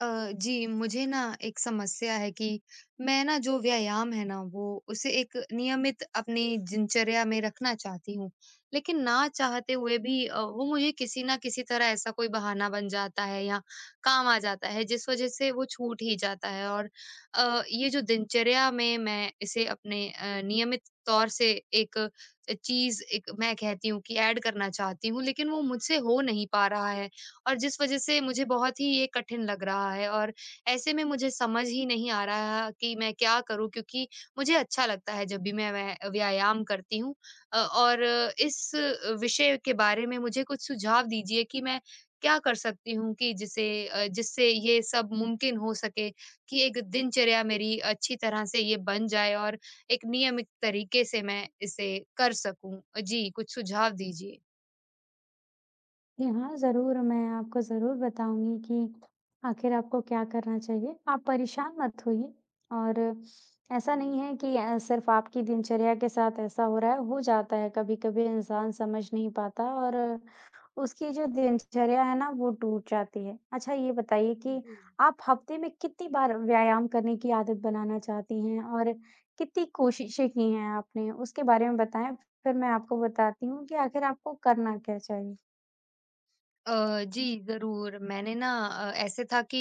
जी, मुझे ना एक समस्या है कि मैं ना जो व्यायाम है ना वो उसे एक नियमित अपनी दिनचर्या में रखना चाहती हूँ। लेकिन ना चाहते हुए भी वो मुझे किसी न किसी तरह ऐसा कोई बहाना बन जाता है या काम आ जाता है जिस वज़ह से वो छूट ही जाता है। और ये जो दिनचर्या में मैं इसे अपने नियमित तौर से एक चीज़ एक मैं कहती हूँ कि ऐड करना चाहती हूँ, लेकिन वो मुझसे हो नहीं पा रहा है। और जिस वजह से मुझे बहुत ही ये कठिन लग रहा है। और ऐसे में मुझे समझ ही नहीं आ रहा कि मैं क्या करूँ, क्योंकि मुझे अच्छा लगता है जब भी मैं व्यायाम करती हूँ। और इस विषय के बारे में मुझे कुछ सुझाव दीजिए कि मैं क्या कर सकती हूँ कि जिससे ये सब मुमकिन हो सके कि एक दिनचर्या मेरी अच्छी तरह से ये बन जाए और एक नियमित तरीके से मैं इसे कर सकूं। जी, कुछ सुझाव जी हाँ, ज़रूर, मैं आपको ज़रूर बताऊँगी कि आखिर आपको क्या करना चाहिए। आप परेशान मत होइए और ऐसा नहीं है कि सिर्फ़ आपकी दिनचर्या के साथ ऐसा हो रहा है, हो जाता है कभी-कभी इंसान समझ नहीं पाता और उसकी जो दिनचर्या है ना, वो टूट जाती है। अच्छा ये बताइए कि दीजिए। आप हफ़्ते में कितनी बार व्यायाम करने की आदत बनाना चाहती हैं और कितनी कोशिशें की हैं आपने? उसके बारे में बताएँ, फिर मैं आपको बताती हूँ कि आखिर आपको करना क्या चाहिए? जी, ज़रूर। मैंने ना ऐसे था कि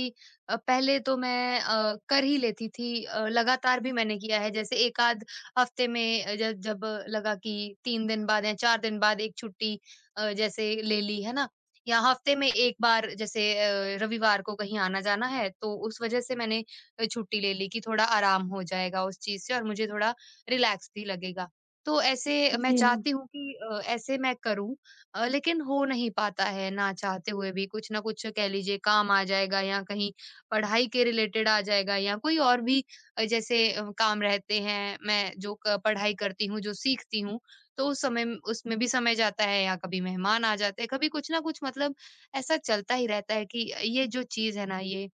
पहले तो मैं कर ही लेती थी। लगातार भी मैंने किया है। जैसे 1 आध हफ़्ते में अ, ज जब लगा कि 3 दिन बाद या 4 दिन बाद 1 छुट्टी जैसे ले ली, है ना? या हफ़्ते में 1 बार जैसे रविवार को कहीं आना-जाना है, तो उस वज़ह से मैंने छुट्टी ले ली कि थोड़ा आराम हो जाएगा उस चीज़ से और मुझे थोड़ा रिलैक्स भी लगेगा। तो ऐसे मैं जी। चाहती हूँ कि ऐसे मैं करूँ। लेकिन हो नहीं पाता है ना चाहते हुए भी, कुछ ना कुछ कह लीजिए काम आ जाएगा या कहीं पढ़ाई के रिलेटेड आ जाएगा या कोई और भी जैसे काम रहते हैं। मैं जो पढ़ाई करती हूँ जो सीखती हूँ तो उसमें भी समय जाता है या कभी मेहमान आ जाते हैं, कभी कुछ ना कुछ मतलब ऐसा चलता ही रहता है कि ये जो चीज है ना ये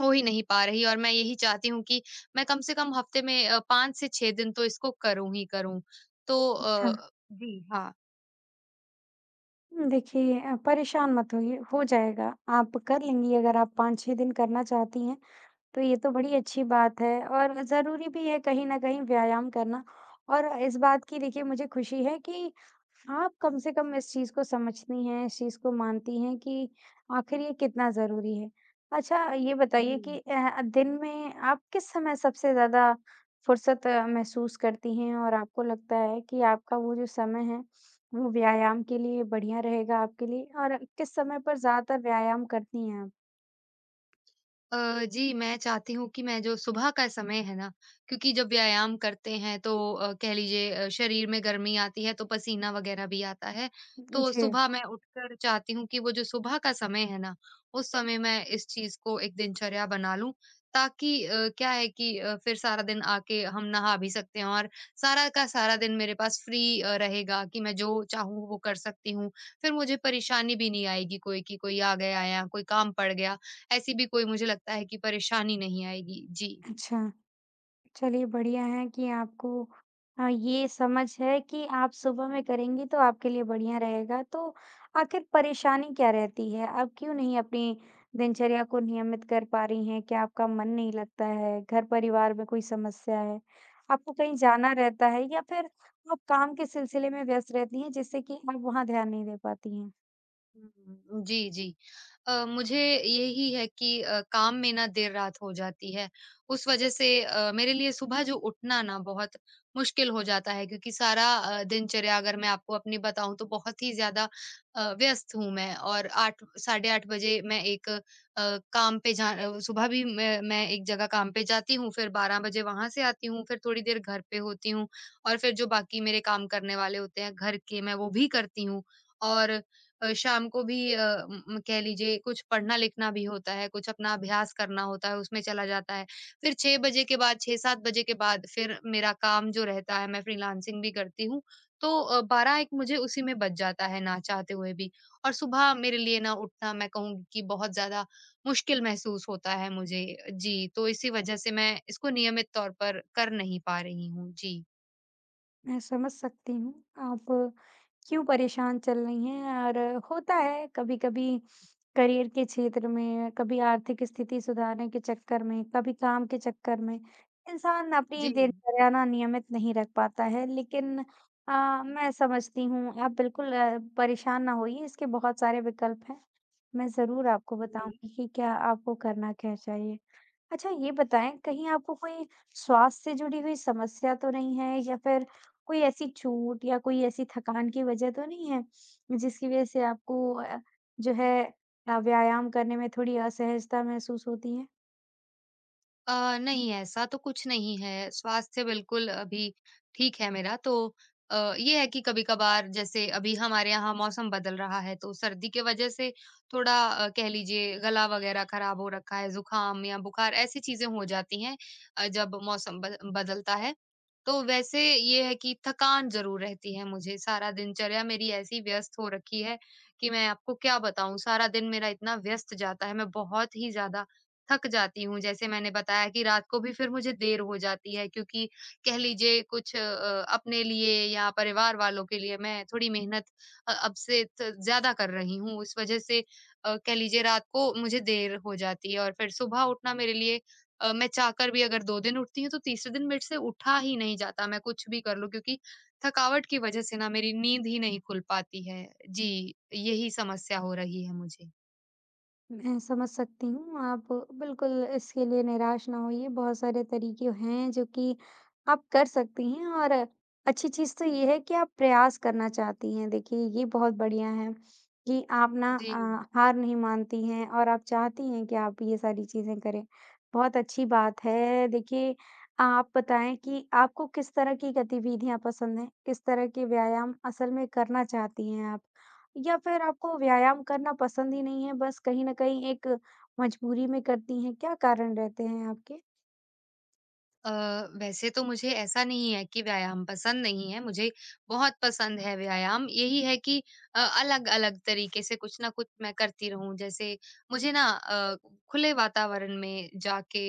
हो ही नहीं पा रही। और मैं यही चाहती हूँ कि मैं कम से कम हफ्ते में पाँच से छह दिन तो इसको करूं ही करूं। तो अच्छा, जी हाँ। हुँ, देखिए परेशान मत होइए, हो जाएगा। आप कर लेंगी अगर आप 5-6 दिन करना चाहती हैं, तो ये तो बड़ी अच्छी बात है और ज़रूरी भी है कहीं न कहीं व्यायाम करना और इस बात की देखिए मुझे खुशी है कि आप कम से कम इस चीज़ को समझती हैं, इस चीज़ को मानती हैं कि आखिर ये कितना ज़रूरी है। अच्छा ये जी। बताइए कि दिन में आप किस समय सबसे ज़्यादा फुर्सत महसूस करती हैं और आपको लगता है कि आपका वो जो समय है, वो व्यायाम के लिए बढ़िया रहेगा आपके लिए और किस समय पर ज़्यादातर व्यायाम करती हैं आप? जी, मैं चाहती हूँ कि मैं जो सुबह का समय है ना, क्योंकि जब व्यायाम करते हैं तो कह लीजिए शरीर में गर्मी आती है तो पसीना वग़ैरह भी आता है। तो जी, सुबह मैं उठकर चाहती हूँ कि वो जो सुबह का समय है ना, उस समय मैं इस चीज़ को एक दिनचर्या बना लूँ, ताकि क्या है कि फिर सारा दिन आके हम नहा भी सकते हैं और सारा का सारा दिन मेरे पास फ्री रहेगा कि मैं जो चाहूँ वो कर सकती हूँ। फिर मुझे परेशानी भी नहीं आएगी कोई कि कोई आ गया या कोई काम पड़ गया। ऐसी भी कोई मुझे लगता है कि परेशानी नहीं आएगी। जी। अच्छा। चलिए बढ़िया है कि आपको ये समझ है कि आप सुबह में करेंगी तो आपके लिए बढ़िया रहेगा। तो आखिर परेशानी क्या रहती है? आप क्यों नहीं अपनी दिनचर्या को नियमित कर पा रही हैं? क्या आपका मन नहीं लगता है? घर-परिवार में कोई समस्या है? आपको कहीं जाना रहता है या फिर आप काम के सिलसिले में व्यस्त रहती हैं जिससे कि आप वहाँ ध्यान नहीं दे पाती हैं? हुँ, जी, जी। मुझे यही है कि काम में ना देर रात हो जाती है। उस वज़ह से मेरे लिए सुबह जो उठना ना बहुत मुश्किल हो जाता है, क्योंकि सारा दिनचर्या अगर मैं आपको अपनी बताऊँ तो बहुत ही ज़्यादा व्यस्त हूँ मैं। और 8 साढ़े 8 बजे मैं एक अ, काम पे जा अ, सुबह भी मैं एक जगह काम पे जाती हूँ, फिर 12 बजे वहाँ से आती हूँ, फिर थोड़ी देर घर पे होती हूँ और फिर जो बाकी मेरे काम करने वाले होते हैं घर के, मैं वो भी करती हूँ। और शाम को भी कह लीजिए कुछ पढ़ना-लिखना भी होता है, कुछ अपना अभ्यास करना होता है, उसमें चला जाता है। फिर 6 बजे के बाद 6-7 बजे के बाद फिर मेरा काम जो रहता है, मैं फ्रीलांसिंग भी करती हूँ, तो 12-1 मुझे उसी में बच जाता है ना चाहते हुए भी। और सुबह मेरे लिए ना उठना मैं कहूँगी कि बहुत ज़्यादा मुश्किल महसूस होता है मुझे। जी, तो इसी वजह से मैं इसको नियमित तौर पर कर नहीं पा रही हूँ। जी। मैं समझ सकती हूँ आप क्यों परेशान चल रही हैं और होता है कभी-कभी करियर के क्षेत्र में, कभी आर्थिक स्थिति सुधारने के चक्कर में, कभी काम के चक्कर में, इंसान जी, अपनी दिनचर्या ना नियमित नहीं रख पाता है। लेकिन मैं समझती हूँ, आप बिल्कुल परेशान ना होइए, इसके बहुत सारे विकल्प हैं। मैं ज़रूर आपको जी। बताऊँगी कि क्या आपको करना क्या चाहिए। अच्छा ये बताएं कहीं आपको कोई स्वास्थ्य से जुड़ी हुई समस्या तो नहीं है या फिर कोई ऐसी चोट या कोई ऐसी थकान की वजह तो नहीं है जिसकी वजह से आपको जो है व्यायाम करने में थोड़ी असहजता महसूस होती है। नहीं ऐसा तो कुछ नहीं है, स्वास्थ्य बिल्कुल अभी ठीक है मेरा तो। ये है कि कभी-कभार जैसे अभी हमारे यहाँ मौसम बदल रहा है तो सर्दी के वज़ह से थोड़ा कह लीजिए गला वग़ैरह ख़राब हो रखा है, ज़ुकाम या बुखार ऐसी चीज़ें हो जाती हैं जब मौसम बद बदलता है। तो वैसे ये है कि थकान ज़रूर रहती है मुझे, सारा दिनचर्या मेरी ऐसी व्यस्त हो रखी है कि मैं आपको क्या बताऊँ, सारा दिन मेरा इतना व्यस्त जाता है, मैं बहुत ही ज़्यादा थक जाती हूँ। जैसे मैंने बताया कि रात को भी फिर मुझे देर हो जाती है, क्योंकि कह लीजिए कुछ अपने लिए या परिवार वालों के लिए मैं थोड़ी मेहनत अब से त ज़्यादा कर रही हूँ। इस वज़ह से कह लीजिए रात को मुझे देर हो जाती है और फिर सुबह उठना मेरे लिए मैं चाहकर भी अगर 2 दिन उठती हूँ तो तीसरे दिन मेरे से उठा ही नहीं जाता, मैं कुछ भी कर लूँ, क्योंकि थकावट की वज़ह से ना मेरी नींद ही नहीं खुल पाती है। जी, यही समस्या हो रही है मुझे। मैं समझ सकती हूँ। आप बिल्कुल इसके लिए निराश ना होइए, बहुत सारे तरीके हैं जो कि आप कर सकती हैं और अच्छी चीज़ तो ये है कि आप प्रयास करना चाहती हैं। देखिए ये बहुत बढ़िया है कि आप ना जी। हार नहीं मानती हैं और आप चाहती हैं कि आप ये सारी चीज़ें करें। बहुत अच्छी बात है। देखिए आप बताएँ कि आपको किस तरह की गतिविधियाँ पसंद हैं? किस तरह के व्यायाम असल में करना चाहती हैं आप? या फिर आपको व्यायाम करना पसंद ही नहीं है, बस कहीं न कहीं एक मजबूरी में करती हैं, क्या कारण रहते हैं आपके? अ, वैसे तो मुझे ऐसा नहीं है कि व्यायाम पसंद नहीं है, मुझे बहुत पसंद है व्यायाम। यही है कि अलग-अलग तरीके से कुछ ना कुछ मैं करती रहूँ। जैसे मुझे ना खुले वातावरण में जाके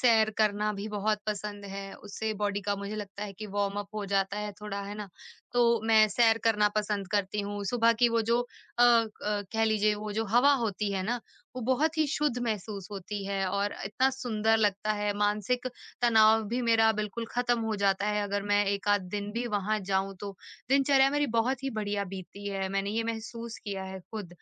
सैर करना भी बहुत पसंद है। उससे बॉडी का मुझे लगता है कि वार्म अप हो जाता है थोड़ा, है ना? तो मैं सैर करना पसंद करती हूँ। सुबह की वो जो अ अ, कह लीजिए वो जो हवा होती है ना, वो बहुत ही शुद्ध महसूस होती है और इतना सुंदर लगता है। मानसिक तनाव भी मेरा बिल्कुल खत्म हो जाता है अगर मैं एक आध दिन भी वहां जाऊं तो दिनचर्या मेरी बहुत ही बढ़िया बीतती है, मैंने ये महसूस किया है खुद।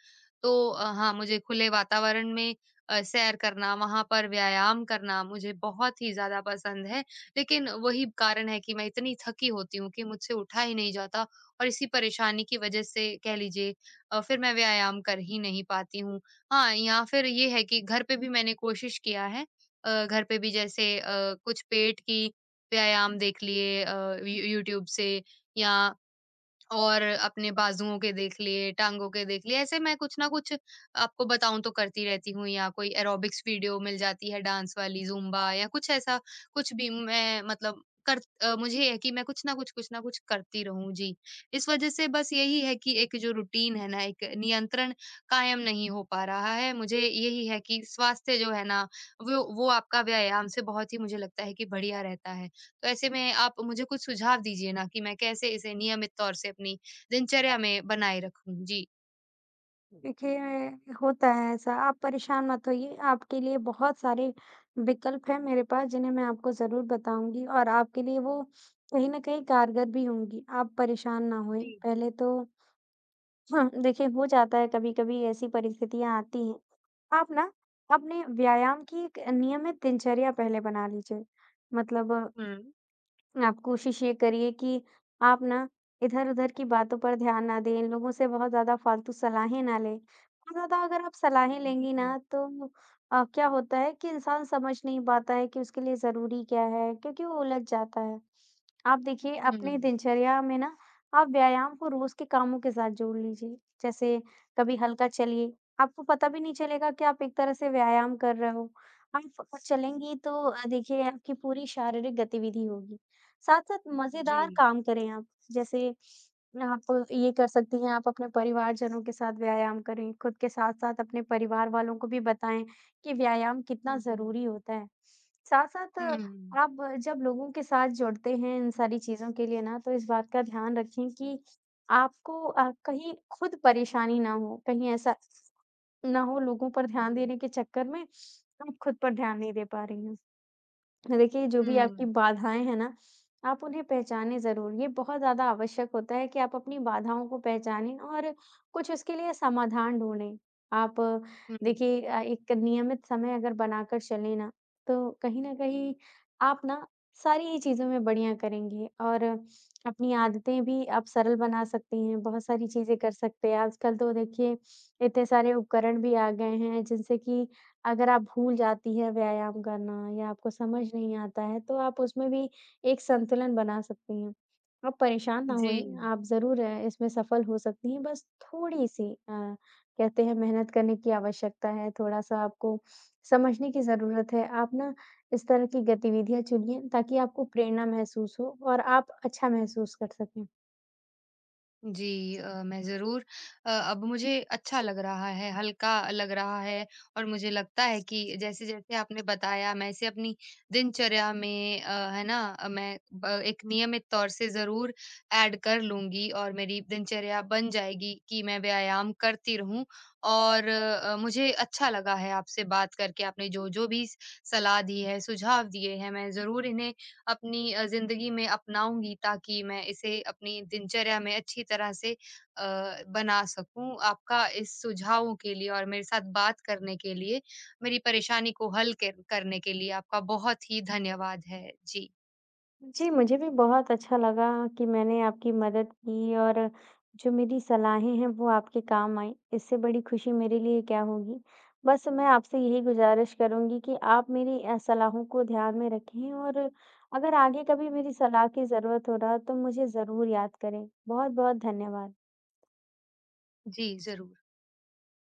तो हाँ, मुझे खुले वातावरण में सैर करना वहां पर व्यायाम करना मुझे बहुत ही ज्यादा पसंद है, लेकिन वही कारण है कि मैं इतनी थकी होती हूँ कि मुझसे उठा ही नहीं जाता और इसी परेशानी की वजह से कह लीजिए फिर मैं व्यायाम कर ही नहीं पाती हूँ। हाँ, या फिर ये है कि घर पे भी मैंने कोशिश किया है। घर पे भी जैसे कुछ पेट की व्यायाम देख लिए यू यूट्यूब से या और अपने बाजुओं के देख लिए, टाँगों के देख लिए, ऐसे मैं कुछ ना कुछ आपको बताऊँ तो करती रहती हूँ या कोई एरोबिक्स वीडियो मिल जाती है डांस वाली, ज़ुम्बा या कुछ ऐसा, कुछ भी मैं मतलब मुझे ये है कि मैं कुछ ना कुछ करती रहूँ, जी। इस वजह से बस यही है कि एक जो रूटीन है ना, एक नियंत्रण कायम नहीं हो पा रहा है। मुझे यही है कि स्वास्थ्य जो है ना, वो आपका व्यायाम से बहुत ही मुझे लगता है कि बढ़िया रहता है। तो ऐसे में आप मुझे कुछ सुझाव दीजिए ना कि मैं कैसे इसे नियमित तौर से अपनी दिनचर्या में बनाए रखूं? जी। देखिए, होता है ऐसा, आप परेशान मत होइए, आपके लिए बहुत सारे विकल्प हैं मेरे पास, जिन्हें मैं आपको ज़रूर बताऊँगी और आपके लिए वो कहीं न कहीं कारगर भी होंगी, आप परेशान ना होएँ। जी, जी। पहले तो हाँ, देखिए हो जाता है कभी-कभी ऐसी परिस्थितियाँ आती हैं। आप ना अपने व्यायाम की एक नियमित दिनचर्या पहले बना लीजिए, मतलब हुँ। आप कोशिश ये करिए कि आप ना इधर-उधर की बातों पर ध्यान ना दें, लोगों से बहुत ज़्यादा फालतू सलाहें ना लें। बहुत ज़्यादा अगर आप सलाहें जी, लेंगी हुँ। ना तो क्या होता है कि इंसान समझ नहीं पाता है कि उसके लिए ज़रूरी क्या है, क्योंकि वो उलझ जाता है। आप देखिए अपनी दिनचर्या में ना आप व्यायाम को रोज़ के कामों के साथ जोड़ लीजिए। जैसे कभी हल्का चलिए, आपको पता भी नहीं चलेगा कि आप एक तरह से व्यायाम कर रहे हो। आप चलेंगी तो देखिए आपकी पूरी शारीरिक गतिविधि होगी। साथ-साथ जी। मज़ेदार काम करें आप। जैसे आप ये कर सकती हैं, आप अपने परिवारजनों के साथ व्यायाम करें, खुद के साथ-साथ अपने परिवार वालों को भी बताएँ कि व्यायाम कितना हुँ, हुँ, ज़रूरी होता है। साथ-साथ हुँ, आप जब लोगों के साथ जुड़ते हैं इन सारी चीज़ों के लिए ना, तो इस बात का ध्यान रखें कि आपको कहीं खुद परेशानी ना हो, कहीं ऐसा ना हो लोगों पर ध्यान जी। देने के चक्कर में आप खुद पर ध्यान नहीं दे पा रही हों। देखिए, जो भी आपकी हुँ, बाधाएँ हैं ना, आप उन्हें पहचानें ज़रूर। ये बहुत ज़्यादा आवश्यक होता है कि आप अपनी बाधाओं को पहचानें और कुछ उसके लिए समाधान ढूँढें। आप अ, हुँ, देखिए एक नियमित समय अगर बनाकर चलें ना, तो कहीं न कहीं आप ना सारी ही चीज़ों में बढ़िया करेंगे और अपनी आदतें भी आप सरल बना सकती हैं, बहुत सारी चीज़ें कर सकते हैं। आजकल तो देखिए, इतने सारे उपकरण भी आ गए हैं जिनसे कि अगर आप भूल जाती हैं व्यायाम करना या आपको समझ नहीं आता है, तो आप उसमें भी एक संतुलन बना सकती हैं। आप परेशान ना जी। होएँ, आप ज़रूर इसमें सफल हो सकती हैं, बस थोड़ी-सी कहते हैं मेहनत करने की आवश्यकता है, थोड़ा-सा आपको समझने की ज़रूरत है। आप ना इस तरह की गतिविधियाँ चुनिए ताकि आपको प्रेरणा महसूस हो और आप अच्छा महसूस कर सकें। जी, मैं ज़रूर अब मुझे अच्छा लग रहा है, हल्का लग रहा है और मुझे लगता है कि जैसे-जैसे आपने बताया मैं इसे अपनी दिनचर्या में है ना? मैं ब एक नियमित तौर से ज़रूर ऐड कर लूँगी और मेरी दिनचर्या बन जाएगी कि मैं व्यायाम करती रहूँ। और मुझे अच्छा लगा है आपसे बात करके, आपने जो-जो भी स सलाह दी है, सुझाव दिए हैं, मैं ज़रूर इन्हें अपनी ज़िंदगी में अपनाऊँगी, ताकि मैं इसे अपनी दिनचर्या में अच्छी तरह से बना सकूँ। आपका इस सुझावों के लिए और मेरे साथ बात करने के लिए, मेरी परेशानी को हल कर करने के लिए आपका बहुत ही धन्यवाद है। जी। जी, मुझे भी बहुत अच्छा लगा कि मैंने आपकी मदद की और जो मेरी सलाहें हैं वो आपके काम आईं। इससे बड़ी खुशी मेरे लिए क्या होगी? बस मैं आपसे यही गुज़ारिश करूँगी कि आप मेरी सलाहों को ध्यान में रखें और अगर आगे कभी मेरी सलाह की ज़रूरत हो ना तो मुझे ज़रूर याद करें। बहुत-बहुत धन्यवाद। जी, ज़रूर।